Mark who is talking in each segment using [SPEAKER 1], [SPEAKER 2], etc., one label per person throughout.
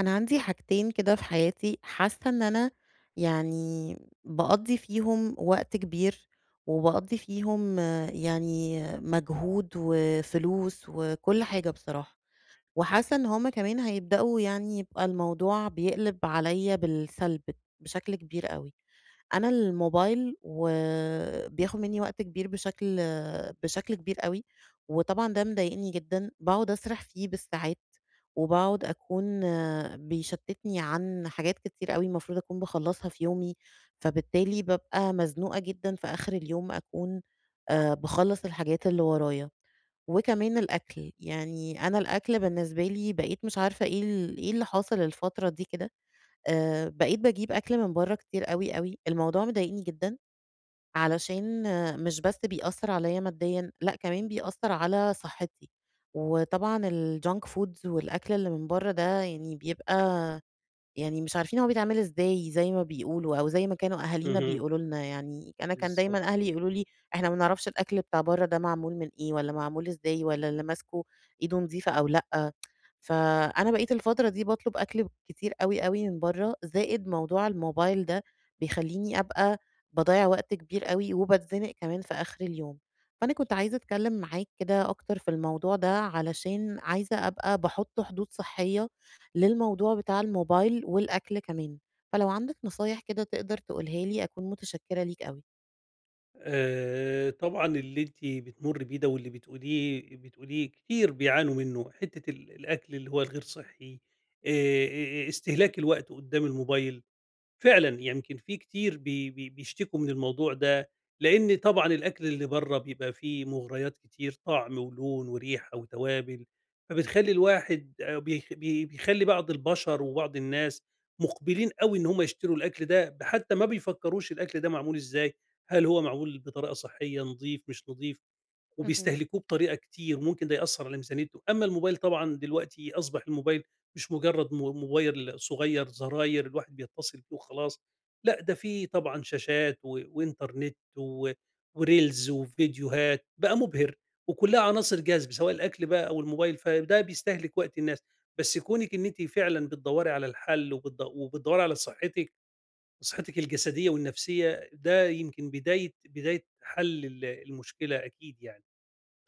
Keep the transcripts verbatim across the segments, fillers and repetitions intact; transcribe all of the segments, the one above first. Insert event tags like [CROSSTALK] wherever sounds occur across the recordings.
[SPEAKER 1] أنا عندي حاجتين كده في حياتي حاسة إن أنا يعني باقضّي فيهم وقت كبير، وباقضّي فيهم آه، يعني مجهود وفلوس وكل حاجة بصراحة. وحاسة إن هُم كمان هيبدأوا يعني يبقى الموضوع بيقلب عليَّ بالسلب بشكل كبير أوي. أنا الموبايل وبياخد [LAUGHS] منّي وقت كبير بشكل بشكل كبير أوي، وطبعًا ده مضايقني جدًا، باقعد أسرح فيه بالساعات، وباقعد أكون آه، بيشتتني عن حاجات كتير أوي المفروض أكون باخلّصها في يومي، فبالتالي بابقى مزنوقة جدًا في آخر اليوم أكون آآ باخلّص الحاجات اللي ورايا. وكمان الأكل، يعني أنا الأكل بالنسبة لي بقيت مش عارفة إيه ال إيه اللي حاصل الفترة دي كده، آآ بقيت باجيب أكل من برّه كتير أوي، أوي، الموضوع مضايقني جدًا، علشان آه، مش بس بيأثّر عليَّ ماديًا، لأ كمان بيأثّر على صحتي، وطبعًا الjunk foods والأكل اللي من برّه ده يعني بيبقى يعني مش عارفين هو بيتعمل إزاي زي ما بيقولوا أو زي ما كانوا أهالينا
[SPEAKER 2] اهم،
[SPEAKER 1] بيقولوا لنا، يعني أنا كان دايمًا
[SPEAKER 2] بالضبط.
[SPEAKER 1] أهلي يقولوا لي: "إحنا ما نعرفش الأكل بتاع برّه ده معمول من إيه والّا معمول إزاي والّا اللي ماسكه إيده نضيفة أو لأ." فأنا بقيت الفترة دي باطلب أكل كتير أوي، أوي من برّه، زائد موضوع الموبايل ده بيخلّيني أبقى باضيّع وقت كبير أوي وباتزنق كمان في آخر اليوم. فأنا كنت عايزة أتكلّم معاك كده أكتر في الموضوع ده علشان عايزة أبقى باحُط حدود صحّية للموضوع بتاع الموبايل والأكل كمان، فلو عندك نصايح كده تقدر تقولها لي أكون متشكرة ليك أوي.
[SPEAKER 2] آآ طبعًا اللي أنتِ بتمُرّي بيه ده واللي بتقوليه بتقوليه كتير بيعانوا منّه، حتّة ال الأكل اللي هو الغير صحّي، آآ آآ استهلاك الوقت قُدّام الموبايل، فعلًا، يمكن في كتير بي بي بيشتكوا من الموضوع ده، لإن طبعًا الأكل اللي برّه بيبقى فيه مغريات كتير، طعم ولون وريحة وتوابل، فبتخلّي الواحد آآ بيخ بي بيخلّي بعض البشر وبعض الناس مُقبلين أوي إن هم يشتروا الأكل ده، ب حتى ما بيفكّروش الأكل ده معمول إزاي، هل هو معمول بطريقة صحية، نضيف، مش نضيف.
[SPEAKER 1] اهم.
[SPEAKER 2] وبيستهلكوه بطريقه كتير ممكن ده ياثر على ميزانيتهم، اما الموبايل طبعا دلوقتي اصبح الموبايل مش مجرد مو- موبايل صغير زراير الواحد بيتصل بيه وخلاص، لا ده فيه طبعا شاشات و... وانترنت و... وريلز وفيديوهات بقى مبهر، وكلها عناصر جذب سواء الاكل بقى او الموبايل، فده بيستهلك وقت الناس. بس كونك ان انت فعلا بتدوري على الحل وبتد- وبتدوري على صحتك، صحتك الجسديه والنفسيه، ده يمكن بدايه بدايه حل ال- المشكله، اكيد يعني.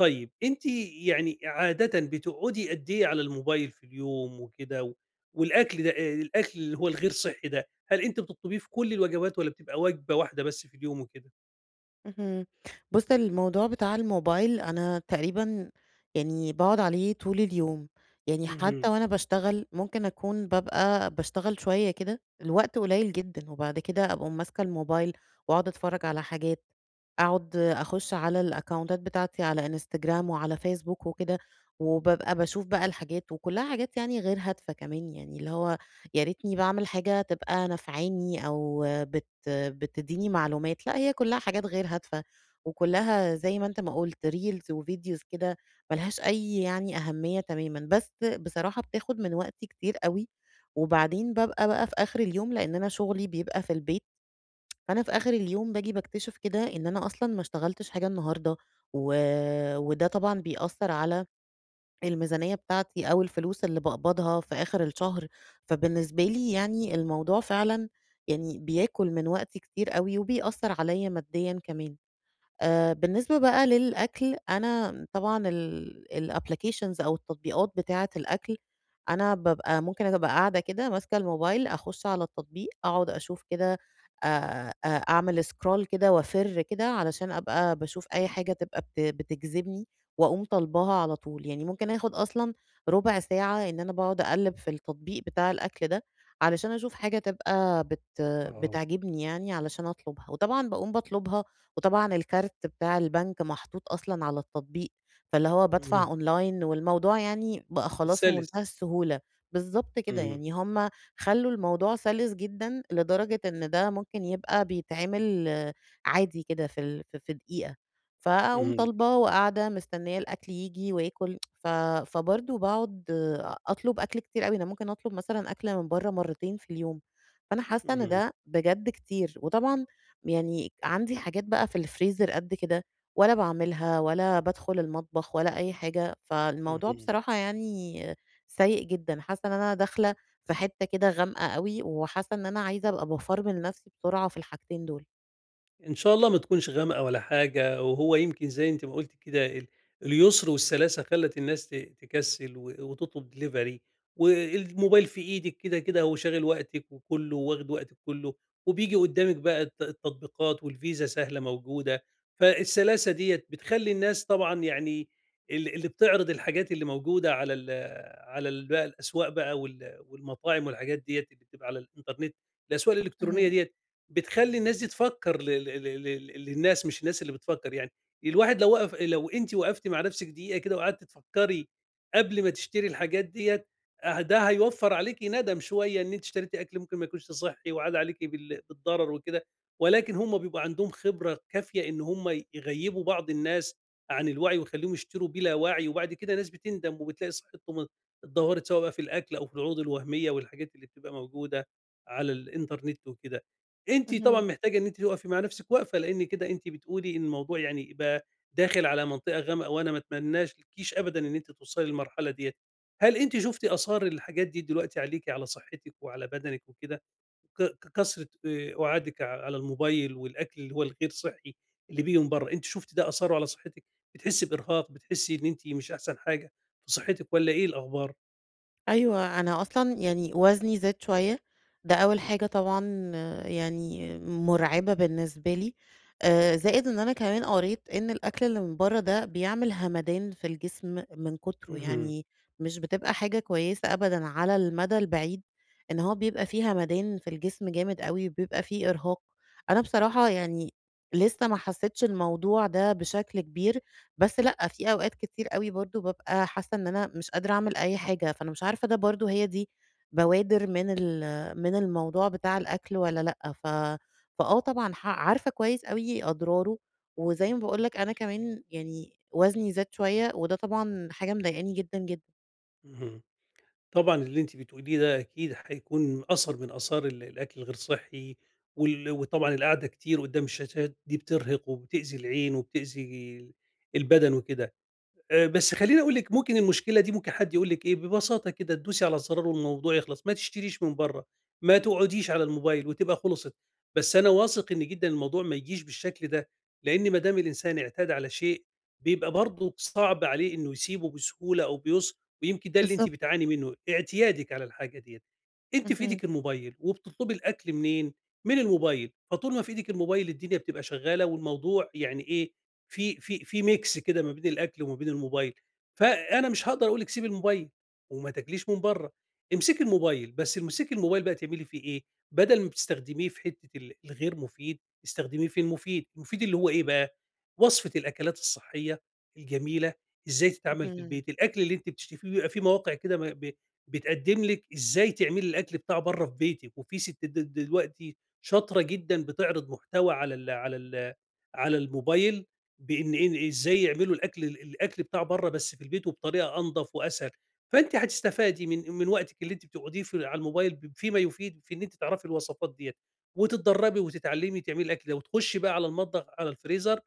[SPEAKER 2] طيب أنتِ يعني عادةً بتقعدي قد إيه على الموبايل في اليوم وكده، و والأكل ده آآ الأكل اللي هو الغير صحّي ده، هل أنتِ بتطلبيه في كل الوجبات والّا بتبقى وجبة واحدة بس في اليوم وكده؟
[SPEAKER 1] اهم. بُص، الموضوع بتاع الموبايل أنا تقريبًا يعني باقعد عليه طول اليوم، يعني
[SPEAKER 2] اهم،
[SPEAKER 1] حتى وأنا باشتغل ممكن أكون بابقى باشتغل شوية كده، الوقت قليل جدًا، وبعد كده أبقى ماسكة الموبايل وأقعد أتفرّج على حاجات، أقعد أخُش على الأكونتات بتاعتي على إنستجرام وعلى فيسبوك وكده، وبابقى باشوف بقى الحاجات وكلّها حاجات يعني غير هادفة كمان، يعني اللي هو يا ريتني باعمل حاجة تبقى نافعاني أو بت بتدّيني معلومات، لأ هي كلّها حاجات غير هادفة، وكلّها زي ما أنت ما قُلت reels وvideos كده ما لهاش أي يعني أهمية تمامًا، بس بصراحة بتاخد من وقتي كتير أوي، وبعدين بابقى بقى في آخر اليوم لإن أنا شغلي بيبقى في البيت، فأنا في آخر اليوم باجي باكتشف كده إن أنا أصلًا ما اشتغلتش حاجة النهارده، و وده طبعًا بيأثّر على الميزانية بتاعتي أو الفلوس اللي باقبضها في آخر الشهر، فبالنسبة لي يعني الموضوع فعلًا يعني بياكل من وقتي كتير أوي، وبيأثّر عليَّ ماديًا كمان. آآ بالنسبة بقى للأكل، أنا طبعًا ال الapplications أو التطبيقات بتاعة الأكل، أنا بابقى ممكن أبقى قاعدة كده ماسكة الموبايل، أخُش على التطبيق، أقعد أشوف كده آآ أ أعمل scroll كده وأفِر كده علشان أبقى باشوف أي حاجة تبقى بت بتجذبني وأقوم طالباها على طول، يعني ممكن آخُد أصلًا رُبع ساعة إن أنا باقعد أقلِّب في التطبيق بتاع الأكل ده، علشان أشوف حاجة تبقى بت
[SPEAKER 2] آه، اهم.
[SPEAKER 1] بتعجبني يعني علشان أطلبها، وطبعًا باقوم باطلبها وطبعًا الكارت بتاع البنك محطوط أصلًا على التطبيق، فاللي هو بادفع
[SPEAKER 2] اهم،
[SPEAKER 1] أونلاين والموضوع يعني بقى خلاص بمنتهى
[SPEAKER 2] السَلِس.
[SPEAKER 1] السهولة. بالضبط كده،
[SPEAKER 2] اهم،
[SPEAKER 1] يعني هم خلّوا الموضوع سلس جدًا لدرجة إن ده ممكن يبقى بيتعمل آه، عادي كده في ال في في دقيقة، فأقوم
[SPEAKER 2] اهم،
[SPEAKER 1] طالبة وقاعدة مستنية الأكل ييجي وآكل، ف فبرضه باقعد أطلب أكل كتير أوي، أنا ممكن أطلب مثلًا أكل من برّه مرتين في اليوم، فأنا حاسة إن
[SPEAKER 2] اهم،
[SPEAKER 1] ده بجد كتير. وطبعًا يعني عندي حاجات بقى في الفريزر قد كده ولا باعملها ولا بادخل المطبخ ولا أي حاجة، فالموضوع
[SPEAKER 2] اهم.
[SPEAKER 1] بصراحة يعني سيء جدًا، حاسة إن أنا داخلة في حتة كده غامقة أوي، وحاسة إن أنا عايزة أبقى بافرمل نفسي بسرعة في الحاجتين دول.
[SPEAKER 2] إن شاء الله ما تكونش غامقة ولا حاجة، وهو يمكن زي أنتِ ما قُلتِ كده ال اليسر والسلاسة خلّت الناس ت تكسّل و وتطلب delivery، والموبايل في إيدِك كده، كده هو شاغل وقتِك وكُلّه وواخد وقتِك كُلّه، وبييجي قدّامِك بقى الت التطبيقات والفيزا سهلة موجودة، فالسلاسة ديّة بتخلّي الناس طبعًا يعني ال اللي بتعرض الحاجات اللي موجودة على ال على ال بقى الأسواق بقى وال والمطاعم والحاجات ديّة اللي بتبقى على الإنترنت، الأسواق الإلكترونية
[SPEAKER 1] اهم،
[SPEAKER 2] ديّة بتخلّي الناس دي تفكّر ل ل ل ل للناس، مش الناس اللي بتفكّر يعني، الواحد لو وقف لو أنتِ وقفتِ مع نفسِك دقيقة كده وقعدتِ تفكّري قبل ما تشتري الحاجات ديّة، آآ ده هيوفّر عليكِ ندم شوية إن أنتِ اشتريتِ أكل ممكن ما يكونش صحّي وعاد عليكِ بال بالضرر وكده، ولكن هم بيبقى عندهم خبرة كافية إن هم يغيّبوا بعض الناس عن الوعي ويخلّيهم يشتروا بلا وعي، وبعد كده ناس بتندم وبتلاقي صحتهم اتدهورت، سواء بقى في الأكل أو في العروض الوهمية والحاجات اللي بتبقى موجودة على الإنترنت وكده. أنتِ طبعًا
[SPEAKER 1] اهم.
[SPEAKER 2] محتاجة إن أنتِ تُقفي مع نفسِك وقفة، لإن كده أنتِ بتقولي إن الموضوع يعني يبقى داخل على منطقة غامقة، وأنا ما أتمناش لكيش أبدًا إن أنتِ توصلي للمرحلة ديّة. هل أنتِ شُفتِ آثار الحاجات دي دلوقتي عليكِ، على صحتِك وعلى بدنِك وكده، ك ككثرة آآ قعادِك على الموبايل والأكل اللي هو الغير صحّي اللي بييجي من برّه، أنتِ شُفتِ ده آثاره على صحتِك؟ بتحسي بإرهاق، بتحسي إن أنتِ مش أحسن حاجة في صحتِك والّا إيه الأخبار؟
[SPEAKER 1] أيوه، أنا أصلًا يعني وزني زاد شوية، ده أول حاجة طبعًا آه، يعني مُرعبة بالنسبة لي، آآ زائد إن أنا كمان قريت إن الأكل اللي من برّه ده بيعمل همدان في الجسم من كُتره،
[SPEAKER 2] اهم،
[SPEAKER 1] يعني مش بتبقى حاجة كويسة أبدًا على المدى البعيد، إن هو بيبقى فيه همدان في الجسم جامد أوي، وبيبقى فيه إرهاق. أنا بصراحة يعني لسه ما حسيتش الموضوع ده بشكل كبير، بس لأ، في أوقات كتير أوي برضه بابقى حاسة إن أنا مش قادرة أعمل أي حاجة، فأنا مش عارفة ده برضه هي دي بوادر من ال من الموضوع بتاع الأكل والّا لأ، ف فآه طبعًا ح عارفة كويس أوي أضراره، وزي ما باقول لك أنا كمان يعني وزني زاد شوية، وده طبعًا حاجة مضايقاني جدًا، جدًا.
[SPEAKER 2] اهم. طبعًا اللي أنتِ بتقوليه ده أكيد هيكون أثر من آثار ال الأكل الغير صحّي، وال وطبعًا القعدة كتير قدّام الشاشات دي بترهق وبتأذي العين وبتأذي البدن وكده. آآ، بس خلّيني أقول لِك ممكن المشكلة دي ممكن حد يقول لِك إيه، ببساطة كده تدوسي على الزرار والموضوع يخلص، ما تشتريش من برّه، ما تقعديش على الموبايل وتبقى خُلصت، بس أنا واثق إن جدًا الموضوع ما يجيش بالشكل ده، لإن ما دام الإنسان اعتاد على شيء بيبقى برضه صعب عليه إنه يسيبه بسهولة أو بيُس، ويمكن ده اللي أنتِ
[SPEAKER 1] بالضبط.
[SPEAKER 2] بتعاني منه، اعتيادِك على الحاجة ديّة. أنتِ في
[SPEAKER 1] اهم،
[SPEAKER 2] إيدِك الموبايل، وبتطلبي الأكل منين؟ من الموبايل، فطول ما في إيدِك الموبايل الدنيا بتبقى شغالة، والموضوع يعني إيه، في في في mix كده ما بين الأكل وما بين الموبايل، فأنا مش هاقدر أقول لِك سيبي الموبايل وما تاكليش من برّه، امسكي الموبايل، بس امسكي الموبايل بقى تعملي فيه إيه، بدل ما بتستخدميه في حتة ال الغير مفيد، استخدميه في المفيد، المفيد اللي هو إيه بقى، وصفة الأكلات الصحية الجميلة، إزاي تتعمل في
[SPEAKER 1] اهم،
[SPEAKER 2] البيت، الأكل اللي أنتِ بتشتهيه بيبقى في مواقع كده م ب بتقدّم لِك إزاي تعملي الأكل بتاع برّه في بيتِك، وفي ستات د دلوقتي شاطرة جدًا بتعرض محتوى على ال على ال على الموبايل بإن إن إزاي يعملوا الأكل الأكل بتاع برّه بس في البيت وبطريقة أنضف وأسهل، فأنتِ هتستفادي من من وقتِك اللي أنتِ بتقعديه في على الموبايل ب فيما يفيد في إن أنتِ تعرفي الوصفات ديّة، وتتدرّبي وتتعلّمي تعملي الأكل ده، وتخشي بقى على المطبخ على الفريزر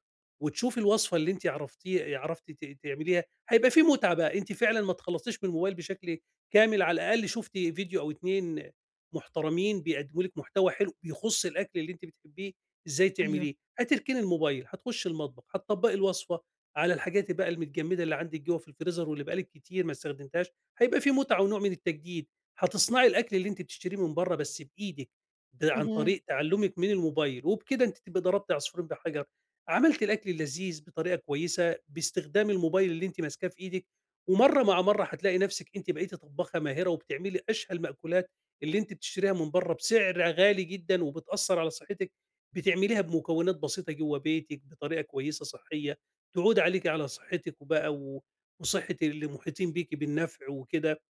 [SPEAKER 2] وتشوفي الوصفة اللي أنتِ عرفتيه عرفتِ ت تعمليها، هيبقى في متعة بقى، أنتِ فعلًا ما تخلّصتيش من الموبايل بشكل كامل، على الأقل شُفتِ فيديو أو اتنين محترمين بيقدموا لِك محتوى حلو بيخُص الأكل اللي أنتِ بتحبيه إزاي
[SPEAKER 1] أيوه،
[SPEAKER 2] تعمليه، هتركني الموبايل، هتخشي المطبخ، هتطبّقي الوصفة على الحاجات بقى المتجمّدة اللي عندِك جوّه في الفريزر واللي بقى لِك كتير ما استخدمتيهاش، هيبقى في متعة ونوع من التجديد، هتصنعي الأكل اللي أنتِ بتشتريه من برّه بس بإيدِك ب عن
[SPEAKER 1] اهم.
[SPEAKER 2] طريق تعلُّمِك من الموبايل، وبكده أنتِ تبقى ضربتِ عصفورين بحجر، عملتِ الأكل اللذيذ بطريقة كويسة باستخدام الموبايل اللي أنتِ ماسكاه في إيدِك، ومرّة مع مرّة هتلاقي نَفْسِك أنتِ بقيتِ طبّاخة ماهرة وبتعملي أشهى المأكولات اللي أنتِ بتشتريها من برّه بسعر غالي جدًا وبتأثّر على صحّتِك، بتعمليها بمكونات بسيطة جوّه بيتِك بطريقة كويسة صحّية، تعود عليكِ على صحّتِك وبقى و وصحّة اللي مُحيطين بيكِ بالنفع وكده.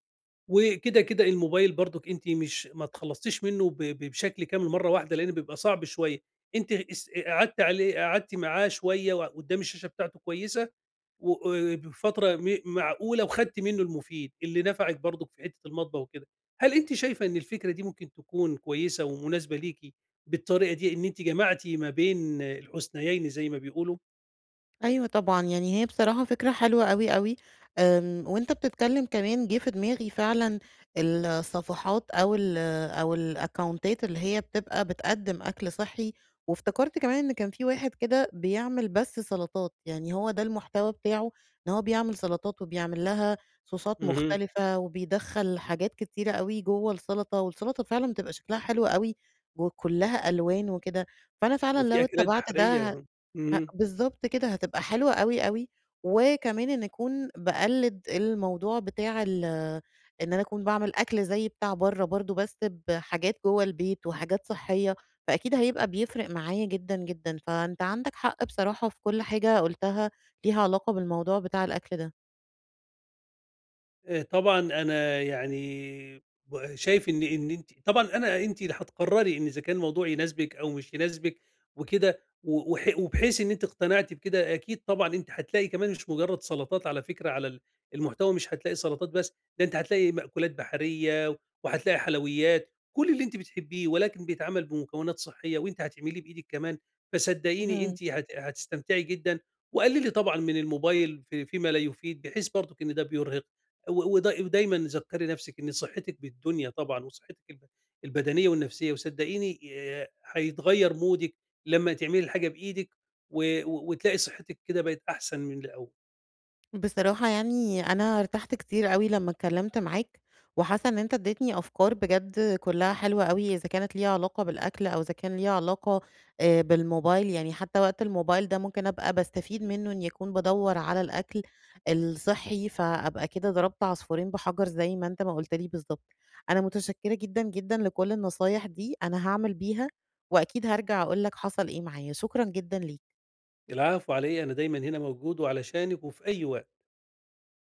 [SPEAKER 2] وكده، كده الموبايل برضُك أنتِ مش ما اتخلّصتيش منّه ب ب بشكل كامل مرّة واحدة، لإن بيبقى صعب شوية، أنتِ اس قعدتِ عليه قعدتِ معاه شوية و قدّام الشاشة بتاعته كويسة و آآ، بفترة م معقولة وخدتِ منّه المفيد، اللي نفعِك برضُك في حتّة المطبخ وكده. هل أنتِ شايفة إن الفكرة دي ممكن تكون كويسة ومناسبة ليكِ بالطريقة دي، إن أنتِ جمعتِ ما بين الحُسنيين زي ما بيقولوا؟
[SPEAKER 1] أيوه طبعًا، يعني هي بصراحة فكرة حلوة أوي، أوي، آمم، وأنت بتتكلم كمان جه في دماغي فعلًا الصفحات أو ال أو الأكونتات اللي هي بتبقى بتقدّم أكل صحّي، وافتكرت كمان إن كان في واحد كده بيعمل بس سلطات، يعني هو ده المحتوى بتاعه إن هو بيعمل سلطات وبيعمل لها صوصات
[SPEAKER 2] اهم.
[SPEAKER 1] مختلفة، وبيدخّل حاجات كتيرة أوي جوّه السلطة، والسلطة فعلًا بتبقى شكلها حلو أوي وكلّها ألوان وكده، فأنا فعلًا
[SPEAKER 2] وفي
[SPEAKER 1] لو
[SPEAKER 2] أكلات
[SPEAKER 1] اتبعت
[SPEAKER 2] بحرية
[SPEAKER 1] ده ه
[SPEAKER 2] وه
[SPEAKER 1] ه
[SPEAKER 2] اهم.
[SPEAKER 1] بالضبط كده، هتبقى حلوة أوي، أوي، وكمان إن أكون باقلِّد الموضوع بتاع ال إن أنا أكون باعمل أكل زي بتاع برّه برضه بس بحاجات جوّه البيت وحاجات صحّية، فأكيد هيبقى بيفرق معايا جدًا، جدًا، فأنت عندك حق بصراحة في كل حاجة قُلتها ليها علاقة بالموضوع بتاع الأكل ده.
[SPEAKER 2] آآ طبعًا أنا يعني ب شايف إن إن أنتِ طبعًا أنا أنتِ اللي هتقرّري إن إذا كان الموضوع يناسبِك أو مش يناسبِك وكده، و وح وبحيث إن أنتِ اقتنعتِ بكده، أكيد طبعًا أنتِ هتلاقي كمان مش مجرّد سلطات، على فكرة على ال المحتوى مش هتلاقي سلطات بس، ده أنتِ هتلاقي مأكولات بحرية وهتلاقي حلويات، كل اللي أنتِ بتحبيه ولكن بيتعمل بمكونات صحّية وأنتِ هتعمليه بإيدِك كمان، فصدّقيني
[SPEAKER 1] اهم.
[SPEAKER 2] أنتِ هت هتستمتعي جدًا، وقلّلي طبعًا من الموبايل في فيما لا يفيد بحيث برضك إن ده بيرهق. و ودا ودايمًا ذكّري نَفْسِك إن صحتِك بالدنيا طبعًا وصحتِك الب البدنية والنفسية، وصدّقيني آآ هيتغيّر مودِك لمّا تعملي الحاجة بإيدِك و و وتلاقي صحتِك كده بقت أحسن من الأول.
[SPEAKER 1] بصراحة يعني أنا ارتحت كتير أوي لمّا اتكلمت معاك، وحاسة إن أنت اديتني أفكار بجد كلها حلوة أوي، إذا كانت ليها علاقة بالأكل أو إذا كان ليها علاقة آآ بالموبايل، يعني حتى وقت الموبايل ده ممكن أبقى باستفيد منه إني أكون بادوّر على الأكل الصحّي، فأبقى كده ضربت عصفورين بحجر زي ما أنت ما قُلت لي بالضبط. أنا متشكرة جدًا، جدًا لكل النصايح دي، أنا هاعمل بيها، وأكيد هارجع أقول لك حصل إيه معايا. شكرًا جدًا ليك.
[SPEAKER 2] العفو على إيه، أنا دايمًا هنا موجود وعلشانِك وفي أي وقت.